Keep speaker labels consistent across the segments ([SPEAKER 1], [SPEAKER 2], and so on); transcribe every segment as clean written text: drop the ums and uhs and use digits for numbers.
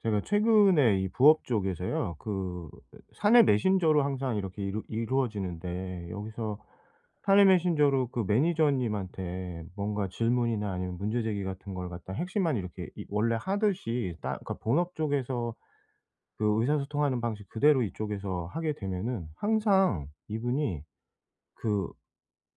[SPEAKER 1] 제가 최근에 이 부업 쪽에서요. 그 사내 메신저로 항상 이렇게 이루어지는데 여기서 사내 메신저로 그 매니저님한테 뭔가 질문이나 아니면 문제 제기 같은 걸 갖다 핵심만 이렇게 이 원래 하듯이 딱, 그러니까 본업 쪽에서 그 의사소통하는 방식 그대로 이쪽에서 하게 되면은 항상 이분이 그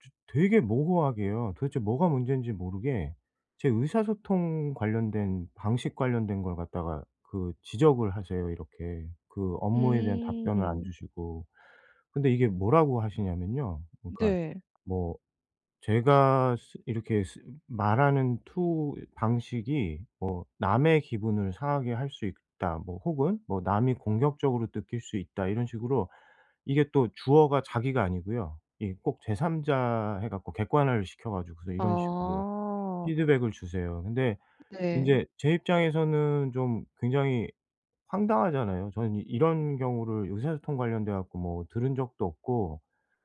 [SPEAKER 1] 저 되게 모호하게요. 도대체 뭐가 문제인지 모르게 제 의사소통 관련된 방식 관련된 걸 갖다가 그 지적을 하세요 이렇게. 그 업무에 대한 답변을 안
[SPEAKER 2] 음.
[SPEAKER 1] 주시고. 근데 이게 뭐라고 하시냐면요. 그러니까
[SPEAKER 2] 네.
[SPEAKER 1] 뭐 제가 쓰 이렇게 쓰 말하는 투 방식이 뭐 '남의 기분을 상하게 할 수 있다.' 뭐 혹은 뭐 '남이 공격적으로 느낄 수 있다.' 이런 식으로 이게 또 주어가 자기가 아니고요. 이 꼭 제 3자 해 갖고 객관화를 시켜 가지고서 이런 식으로
[SPEAKER 2] 아.
[SPEAKER 1] 피드백을 주세요. 근데
[SPEAKER 2] 네.
[SPEAKER 1] 인제 제 입장에서는 좀 굉장히 황당하잖아요. 저는 이 이런 경우를 의사소통 관련돼 갖고 뭐 들은 적도 없고,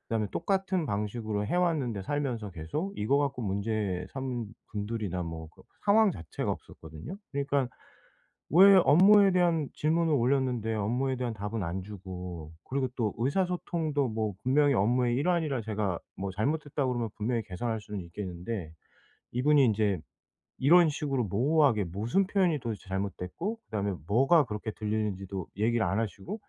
[SPEAKER 1] 그다음에 똑같은 방식으로 해 왔는데 살면서 계속 이거 갖고 문제 삼은 분들이나 뭐 그 상황 자체가 없었거든요. 그러니까 왜 업무에 대한 질문을 올렸는데 업무에 대한 답은 안 주고, 그리고 또 의사소통도 뭐 분명히 업무의 일환이라 제가 뭐 잘못했다고 그러면 분명히 개선할 수는 있겠는데, 이분이 인제 이런 식으로 모호하게 무슨 표현이 도대체 잘못됐고 그다음에 뭐가 그렇게 들리는지도 얘기를 안 하시고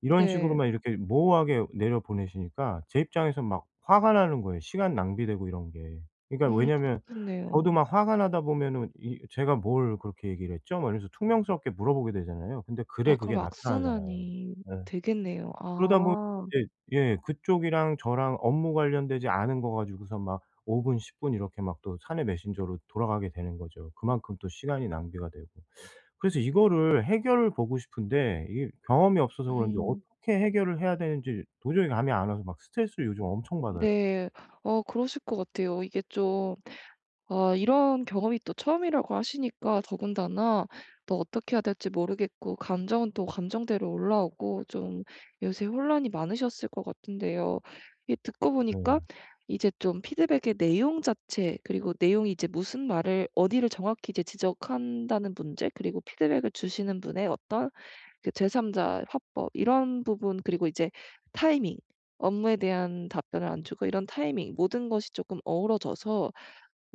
[SPEAKER 1] 이런
[SPEAKER 2] 네.
[SPEAKER 1] 식으로만 이렇게 모호하게 내려보내시니까 제 입장에선 막 화가 나는 거예요, 시간 낭비되고 이런 게. 그러니까 왜냐면
[SPEAKER 2] 그렇겠네요.
[SPEAKER 1] 저도 막 화가 나다 보면은 이 '제가 뭘 그렇게 얘기를 했죠?' 막 이러면서 퉁명스럽게 물어보게 되잖아요. 근데 글에
[SPEAKER 2] 아
[SPEAKER 1] 그게
[SPEAKER 2] 그럼
[SPEAKER 1] 나타나잖아요.
[SPEAKER 2] 악순환이
[SPEAKER 1] 예.
[SPEAKER 2] 되겠네요.
[SPEAKER 1] 그러다 보면
[SPEAKER 2] 아.
[SPEAKER 1] 이제, 예, 그쪽이랑 저랑 업무 관련되지 않은 거 가지고서 막 5분 10분 이렇게 막 또 사내 메신저로 돌아가게 되는 거죠. 그만큼 또 시간이 낭비가 되고. 그래서 이거를 해결을 보고 싶은데 이게 경험이 없어서 그런지
[SPEAKER 2] 음.
[SPEAKER 1] 어떻게 해결을 해야 되는지 도저히 감이 안 와서 막 스트레스를 요즘 엄청 받아요.
[SPEAKER 2] 네. 어 그러실 것 같아요. 이게 좀, 아 이런 경험이 또 처음이라고 하시니까 더군다나 또 어떻게 해야 될지 모르겠고, 감정은 또 감정대로 올라오고, 좀 요새 혼란이 많으셨을 것 같은데요. 이 듣고 보니까,
[SPEAKER 1] 네.
[SPEAKER 2] 이제 좀 피드백의 내용 자체, 그리고 내용이 이제 무슨 말을 어디를 정확히 이제 지적한다는 문제, 그리고 피드백을 주시는 분의 어떤 그 제3자 화법 이런 부분, 그리고 이제 타이밍, 업무에 대한 답변을 안 주고 이런 타이밍, 모든 것이 조금 어우러져서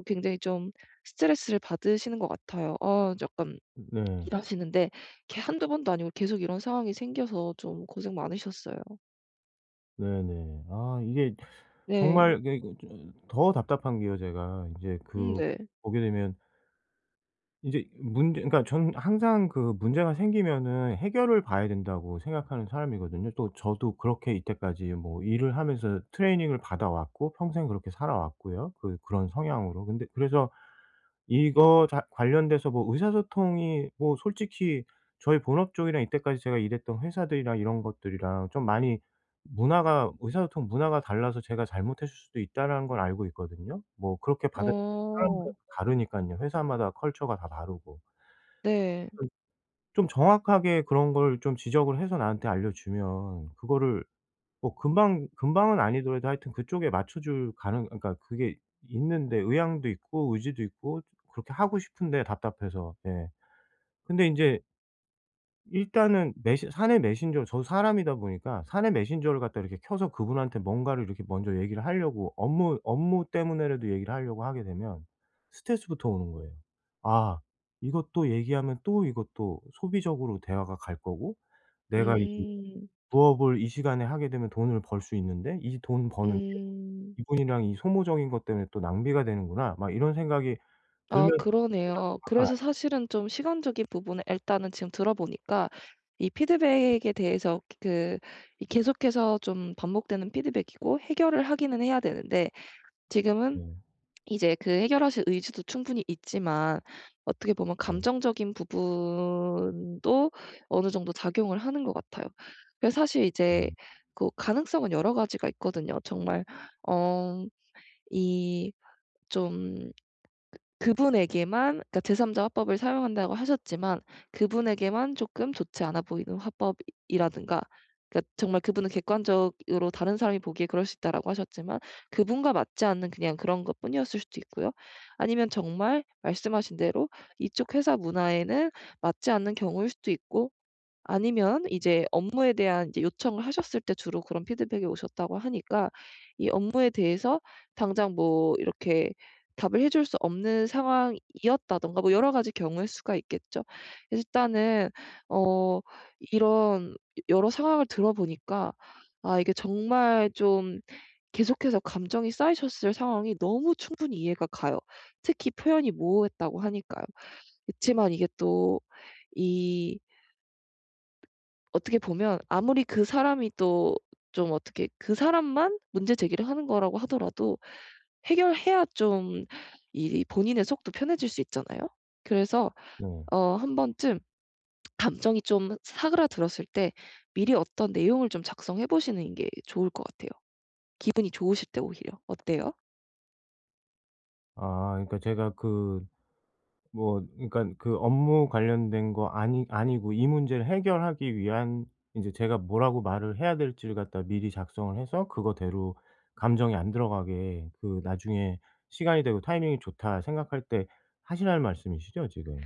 [SPEAKER 2] 굉장히 좀 스트레스를 받으시는 것 같아요. 아 약간
[SPEAKER 1] 네.
[SPEAKER 2] 일하시는데 이게 한두 번도 아니고 계속 이런 상황이 생겨서 좀 고생 많으셨어요.
[SPEAKER 1] 네네. 아 이게
[SPEAKER 2] 네.
[SPEAKER 1] 정말, 이게 그 저 더 답답한 게요, 제가 인제 그
[SPEAKER 2] 네.
[SPEAKER 1] 보게 되면 이제 문제, 그러니까 저는 항상 그 문제가 생기면은 해결을 봐야 된다고 생각하는 사람이거든요. 또 저도 그렇게 이때까지 뭐 일을 하면서 트레이닝을 받아 왔고 평생 그렇게 살아왔고요, 그 그런 성향으로. 근데 그래서 이거 자 관련돼서 뭐 의사소통이 뭐 솔직히 저희 본업 쪽이랑 이때까지 제가 일했던 회사들이랑 이런 것들이랑 좀 많이 문화가 의사소통 문화가 달라서 제가 잘못했을 수도 있다라는 걸 알고 있거든요. 뭐 그렇게 받아 사람
[SPEAKER 2] 어.
[SPEAKER 1] 다르니깐요. 회사마다 컬처가 다 다르고.
[SPEAKER 2] 네.
[SPEAKER 1] 좀 좀 정확하게 그런 걸 좀 지적을 해서 나한테 알려주면 그거를 뭐 금방 금방은 아니더라도 하여튼 그쪽에 맞춰줄 가능, 그러니까 그게 있는데, 의향도 있고 의지도 있고 그렇게 하고 싶은데 답답해서. 예. 근데 인제 일단은 메시 사내 메신저, 저도 사람이다 보니까 사내 메신저를 갖다 이렇게 켜서 그분한테 뭔가를 이렇게 먼저 얘기를 하려고, 업무 때문에라도 얘기를 하려고 하게 되면 스트레스부터 오는 거예요. 아, 이것도 얘기하면 또 이것도 소비적으로 대화가 갈 거고, 내가 이
[SPEAKER 2] 음.
[SPEAKER 1] 부업을 이 시간에 하게 되면 돈을 벌 수 있는데 이 돈 버는 게
[SPEAKER 2] 음.
[SPEAKER 1] 이분이랑 이 소모적인 것 때문에 또 낭비가 되는구나, 막 이런 생각이
[SPEAKER 2] 아
[SPEAKER 1] 들면서 혼자 막
[SPEAKER 2] 그러네요.
[SPEAKER 1] 화가 나요.
[SPEAKER 2] 그래서 사실은 좀 시간적인 부분에, 일단은 지금 들어보니까 이 피드백에 대해서, 그 이 계속해서 좀 반복되는 피드백이고 해결을 하기는 해야 되는데, 지금은
[SPEAKER 1] 네.
[SPEAKER 2] 이제 그 해결하실 의지도 충분히 있지만 어떻게 보면
[SPEAKER 1] 네.
[SPEAKER 2] 감정적인 부분도 어느 정도 작용을 하는 것 같아요. 그래서 사실
[SPEAKER 1] 네.
[SPEAKER 2] 이제 그 가능성은 여러 가지가 있거든요. 정말 어이좀 그분에게만, 그러니까 제3자 화법을 사용한다고 하셨지만 그분에게만 쪼끔 좋지 않아 보이는 화법이라든가, 그러니까 정말 그분은 객관적으로 다른 사람이 보기에 그럴 수 있다라고 하셨지만 그분과 맞지 않는 그냥 그런 것뿐이었을 수도 있고요. 아니면 정말 말씀하신 대로 이쪽 회사 문화에는 맞지 않는 경우일 수도 있고, 아니면 이제 업무에 대한 이제 요청을 하셨을 때 주로 그런 피드백이 오셨다고 하니까 이 업무에 대해서 당장 뭐 이렇게 답을 해줄 수 없는 상황이었다든가, 뭐 여러 가지 경우의 수가 있겠죠. 그래서 일단은 어 이런 여러 상황을 들어보니까, 아 이게 정말 좀 계속해서 감정이 쌓이셨을 상황이 너무 충분히 이해가 가요. 특히 표현이 모호했다고 하니까요. 그지만 이게 또이 어떻게 보면 아무리 그 사람이 또 좀 어떻게 그 사람만 문제 제기를 하는 거라고 하더라도 해결해야 좀 이 본인의 속도 편해질 수 있잖아요. 그래서
[SPEAKER 1] 네.
[SPEAKER 2] 어 한 번쯤 감정이 좀 사그라들었을 때 미리 어떤 내용을 좀 작성해 보시는 게 좋을 것 같아요. 기분이 좋으실 때 오히려. 어때요?
[SPEAKER 1] 아 그러니까 제가 그 뭐, 그러니까 그 업무 관련된 거 아니 아니고 이 문제를 해결하기 위한, 인제 제가 뭐라고 말을 해야 될지를 갖다 미리 작성을 해서 그거대로 감정이 안 들어가게, 그 나중에 '시간이 되고 타이밍이 좋다.' 생각할 때 하시라는 말씀이시죠 지금?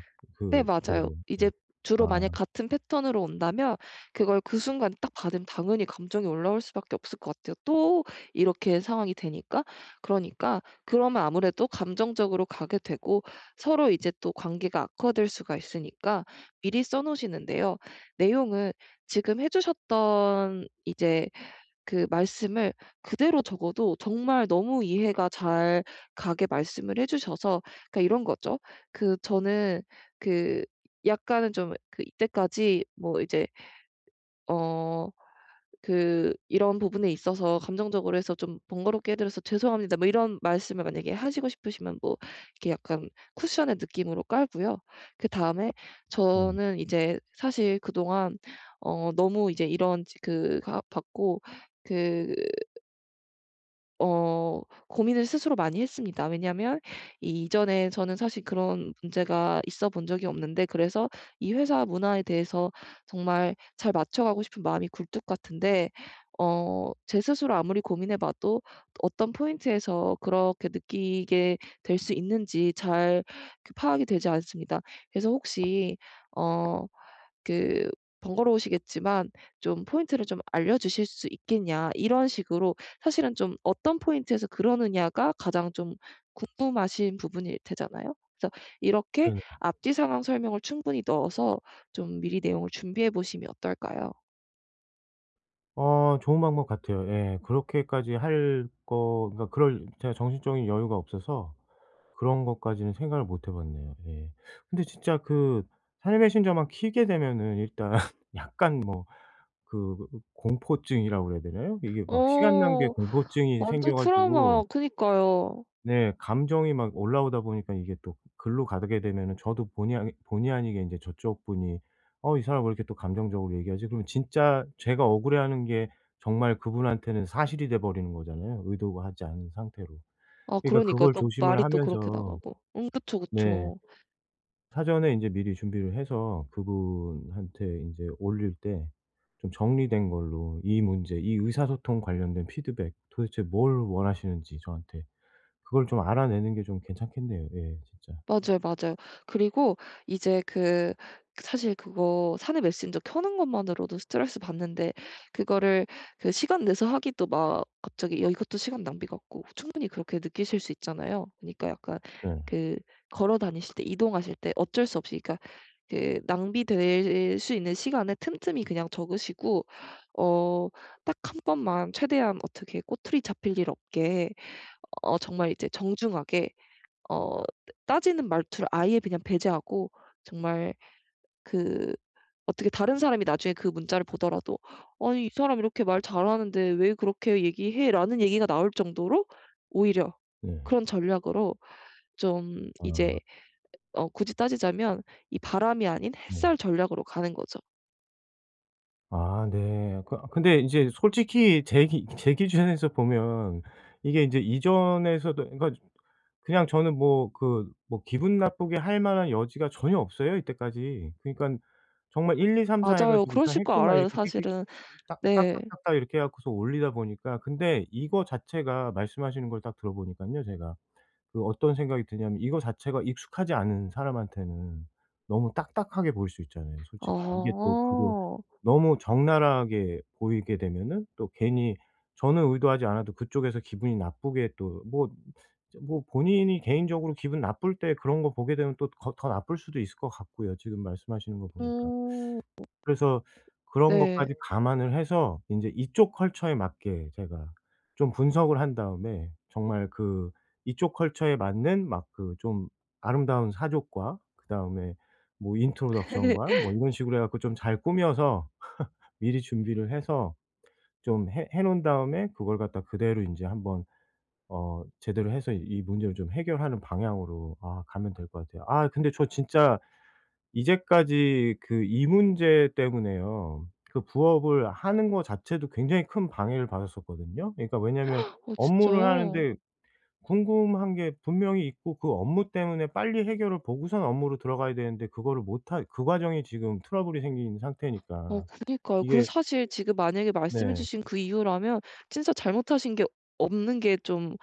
[SPEAKER 2] 네
[SPEAKER 1] 그
[SPEAKER 2] 맞아요.
[SPEAKER 1] 그대로. 예.
[SPEAKER 2] 이제
[SPEAKER 1] 아
[SPEAKER 2] 주로 만약 같은 패턴으로 온다면 그걸 그 순간 딱 받으면 당연히 감정이 올라올 수밖에 없을 것 같아요. 또 이렇게 상황이 되니까. 그러니까 그러면 아무래도 감정적으로 가게 되고 서로 이제 또 관계가 악화될 수가 있으니까 미리 써 놓으시는데요. 내용은 지금 해 주셨던 이제 그 말씀을 그대로 적어도 정말 너무 이해가 잘 가게 말씀을 해 주셔서. 그러니까 이런 거죠. 그 저는 그 약간은 좀 그 이때까지 뭐 이제 어 그 "이런 부분에 있어서 감정적으로 해서 좀 번거롭게 해 드려서 죄송합니다." 뭐 이런 말씀을 만약에 하시고 싶으시면 뭐 이렇게 약간 쿠션의 느낌으로 깔고요. 그다음에
[SPEAKER 1] 네.
[SPEAKER 2] 저는 이제 사실 그동안 어 너무 이제 이런 지 그 가 받고 그 어 고민을 스스로 많이 했습니다. 왜냐하면 이 이전에 저는 사실 그런 문제가 있어 본 적이 없는데, 그래서 이 회사 문화에 대해서 정말 잘 맞춰가고 싶은 마음이 굴뚝 같은데 어 제 스스로 아무리 고민해 봐도 어떤 포인트에서 그렇게 느끼게 될 수 있는지 잘 그 파악이 되지 않습니다. 그래서 혹시 어 그 번거로우시겠지만 좀 포인트를 좀 알려주실 수 있겠냐, 이런 식으로. 사실은 좀 어떤 포인트에서 그러느냐가 가장 좀 궁금하신 부분일 테잖아요. 그래서 이렇게
[SPEAKER 1] 네.
[SPEAKER 2] 앞뒤 상황 설명을 충분히 넣어서 좀 미리 내용을 준비해 보시면 어떨까요?
[SPEAKER 1] 좋은 방법 같아요. 예. 그렇게까지 할 거, 그러니까 그럴 제가 정신적인 여유가 없어서 그런 것까지는 생각을 못 해 봤네요. 예. 근데 진짜 그 삶의 신저만 켜게 되면은 일단 약간 뭐 그 공포증이라고 그래야 되나요? 이게 막 시간 낭비에
[SPEAKER 2] 어.
[SPEAKER 1] 공포증이
[SPEAKER 2] 완전
[SPEAKER 1] 생겨 가지고.
[SPEAKER 2] 트라우마 그니까요.
[SPEAKER 1] 네. 감정이 막 올라오다 보니까 이게 또 글로 가게 되면은 저도 본의 아니 본의 아니게 이제 저쪽 분이 '어 이 사람 왜 이렇게 또 감정적으로 얘기하지?' 그러면, 진짜 제가 억울해하는 게 정말 그분한테는 사실이 돼 버리는 거잖아요, 의도하지 않은 상태로.
[SPEAKER 2] 아
[SPEAKER 1] 그러니까
[SPEAKER 2] 그러니까
[SPEAKER 1] 그걸
[SPEAKER 2] 또
[SPEAKER 1] 조심을
[SPEAKER 2] 말이 또 그렇게
[SPEAKER 1] 하면서,
[SPEAKER 2] 나가고. 응 그쵸,
[SPEAKER 1] 네,
[SPEAKER 2] 그쵸.
[SPEAKER 1] 사전에 인제 미리 준비를 해서 그분한테 인제 올릴 때 좀 정리된 걸로, 이 문제, 이 의사소통 관련된 피드백 도대체 뭘 원하시는지 저한테, 그걸 좀 알아내는 게 좀 괜찮겠네요. 예 진짜.
[SPEAKER 2] 맞아요, 맞아요. 그리고 이제 그 사실 그거 사내 메신저 켜는 것만으로도 스트레스 받는데 그거를 그 시간 내서 하기도 막 갑자기 야 이것도 시간 낭비 같고 충분히 그렇게 느끼실 수 있잖아요. 그러니까 약간
[SPEAKER 1] 네.
[SPEAKER 2] 그 걸어 다니실 때 이동하실 때 어쩔 수 없이 그러니까 그 낭비될 수 있는 시간에 틈틈이 그냥 적으시고 어 딱 한 번만 최대한 어떻게 꼬투리 잡힐 일 없게 어 정말 이제 정중하게 어 따지는 말투를 아예 그냥 배제하고 정말 그 어떻게 다른 사람이 나중에 그 문자를 보더라도 '아니 이 사람 이렇게 말 잘하는데 왜 그렇게 얘기해?'라는 얘기가 나올 정도로 오히려
[SPEAKER 1] 네.
[SPEAKER 2] 그런 전략으로 좀
[SPEAKER 1] 아
[SPEAKER 2] 이제 어 굳이 따지자면 이 바람이 아닌
[SPEAKER 1] 네.
[SPEAKER 2] 햇살 전략으로 가는 거죠.
[SPEAKER 1] 아 네. 그 근데 인제 솔직히 제 기 제 기준에서 보면 이게 인제 이전에서도, 그러니까 그냥 저는 뭐 그 뭐 기분 나쁘게 할 만한 여지가 전혀 없어요, 이때까지. 그러니깐 정말 일,이,삼,사 해
[SPEAKER 2] 맞아요.
[SPEAKER 1] 가지고 그냥
[SPEAKER 2] 그러실 거
[SPEAKER 1] 핵심만
[SPEAKER 2] 알아요
[SPEAKER 1] 이렇게 띡띡,
[SPEAKER 2] 사실은.
[SPEAKER 1] 딱
[SPEAKER 2] 네.
[SPEAKER 1] 딱딱딱딱 이렇게 해 갖고서 올리다 보니까, 근데 이거 자체가, 말씀하시는 걸 딱 들어 보니깐요 제가, 그 어떤 생각이 드냐면 이거 자체가 익숙하지 않은 사람한테는 너무 딱딱하게 보일 수 있잖아요 솔직히. 이게 또 그리고
[SPEAKER 2] 아.
[SPEAKER 1] 너무 적나라하게 보이게 되면은 또 괜히, 저는 의도하지 않아도 그쪽에서 기분이 나쁘게, 또 뭐 본인이 개인적으로 기분 나쁠 때 그런 거 보게 되면 또 거 더 나쁠 수도 있을 것 같고요, 지금 말씀하시는 거 보니까.
[SPEAKER 2] 음.
[SPEAKER 1] 그래서 그런
[SPEAKER 2] 네.
[SPEAKER 1] 것까지 감안을 해서 인제 이쪽 컬처에 맞게 제가 좀 분석을 한 다음에 정말 그 이쪽 컬처에 맞는, 막 그 좀 아름다운 사족과 그다음에 뭐 인트로덕션과 뭐 이런 식으로 해 갖고 좀 잘 꾸며서 미리 준비를 해서 좀 해 놓은 다음에 그걸 갖다 그대로 인제 한번 제대로 해서 이 문제를 좀 해결하는 방향으로 가면 될 것 같아요. 아 근데 저 진짜 이제까지 그 이 문제 때문에요. 그 부업을 하는 거 자체도 굉장히 큰 방해를 받았었거든요. 그러니까 왜냐면
[SPEAKER 2] 어
[SPEAKER 1] 업무를
[SPEAKER 2] 진짜요?
[SPEAKER 1] 하는데 궁금한 게 분명히 있고, 그 업무 때문에 빨리 해결을 보고선 업무로 들어가야 되는데 그거를 못 하 그 과정이 지금 트러블이 생긴
[SPEAKER 2] 어
[SPEAKER 1] 상태니까.
[SPEAKER 2] 그니까요. 그리고
[SPEAKER 1] 이게
[SPEAKER 2] 사실 지금 만약에 말씀해
[SPEAKER 1] 네.
[SPEAKER 2] 주신 그 이유라면 진짜 잘못하신 게 없는 게 좀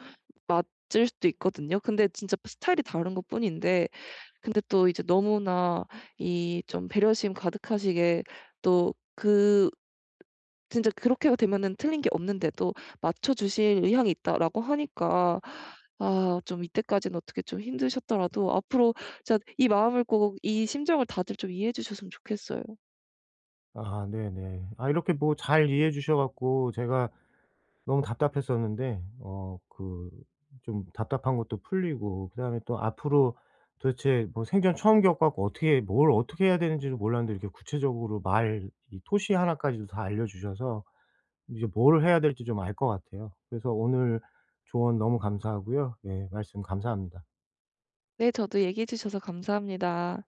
[SPEAKER 2] 맞을 수도 있거든요. 근데 진짜 스타일이 다른 것뿐인데 근데 또 이제 너무나 이 좀 배려심 가득하시게 또 그 진짜 그렇게 되면은 틀린 게 없는데도 "맞춰 주실 의향이 있다."라고 하니까 아 좀 이때까지는 어떻게 좀 힘드셨더라도 앞으로 진짜 이 마음을 꼭 이 심정을 다들 좀 이해해 주셨으면 좋겠어요.
[SPEAKER 1] 아 네네. 아 이렇게 뭐 잘 이해해 주셔 갖고 제가 너무 답답했었는데, 좀 답답한 것도 풀리고, 그다음에 또 앞으로 도대체 뭐, 생전 처음 겪어 갖고 어떻게 뭘 어떻게 해야 되는지를 몰랐는데 이렇게 구체적으로 말 이 토시 하나까지도 다 알려 주셔서 이제 뭘 해야 될지 좀 알 것 같아요. 그래서 오늘 조언 너무 감사하고요. 예 말씀 감사합니다.
[SPEAKER 2] 네 저도 얘기해 주셔서 감사합니다.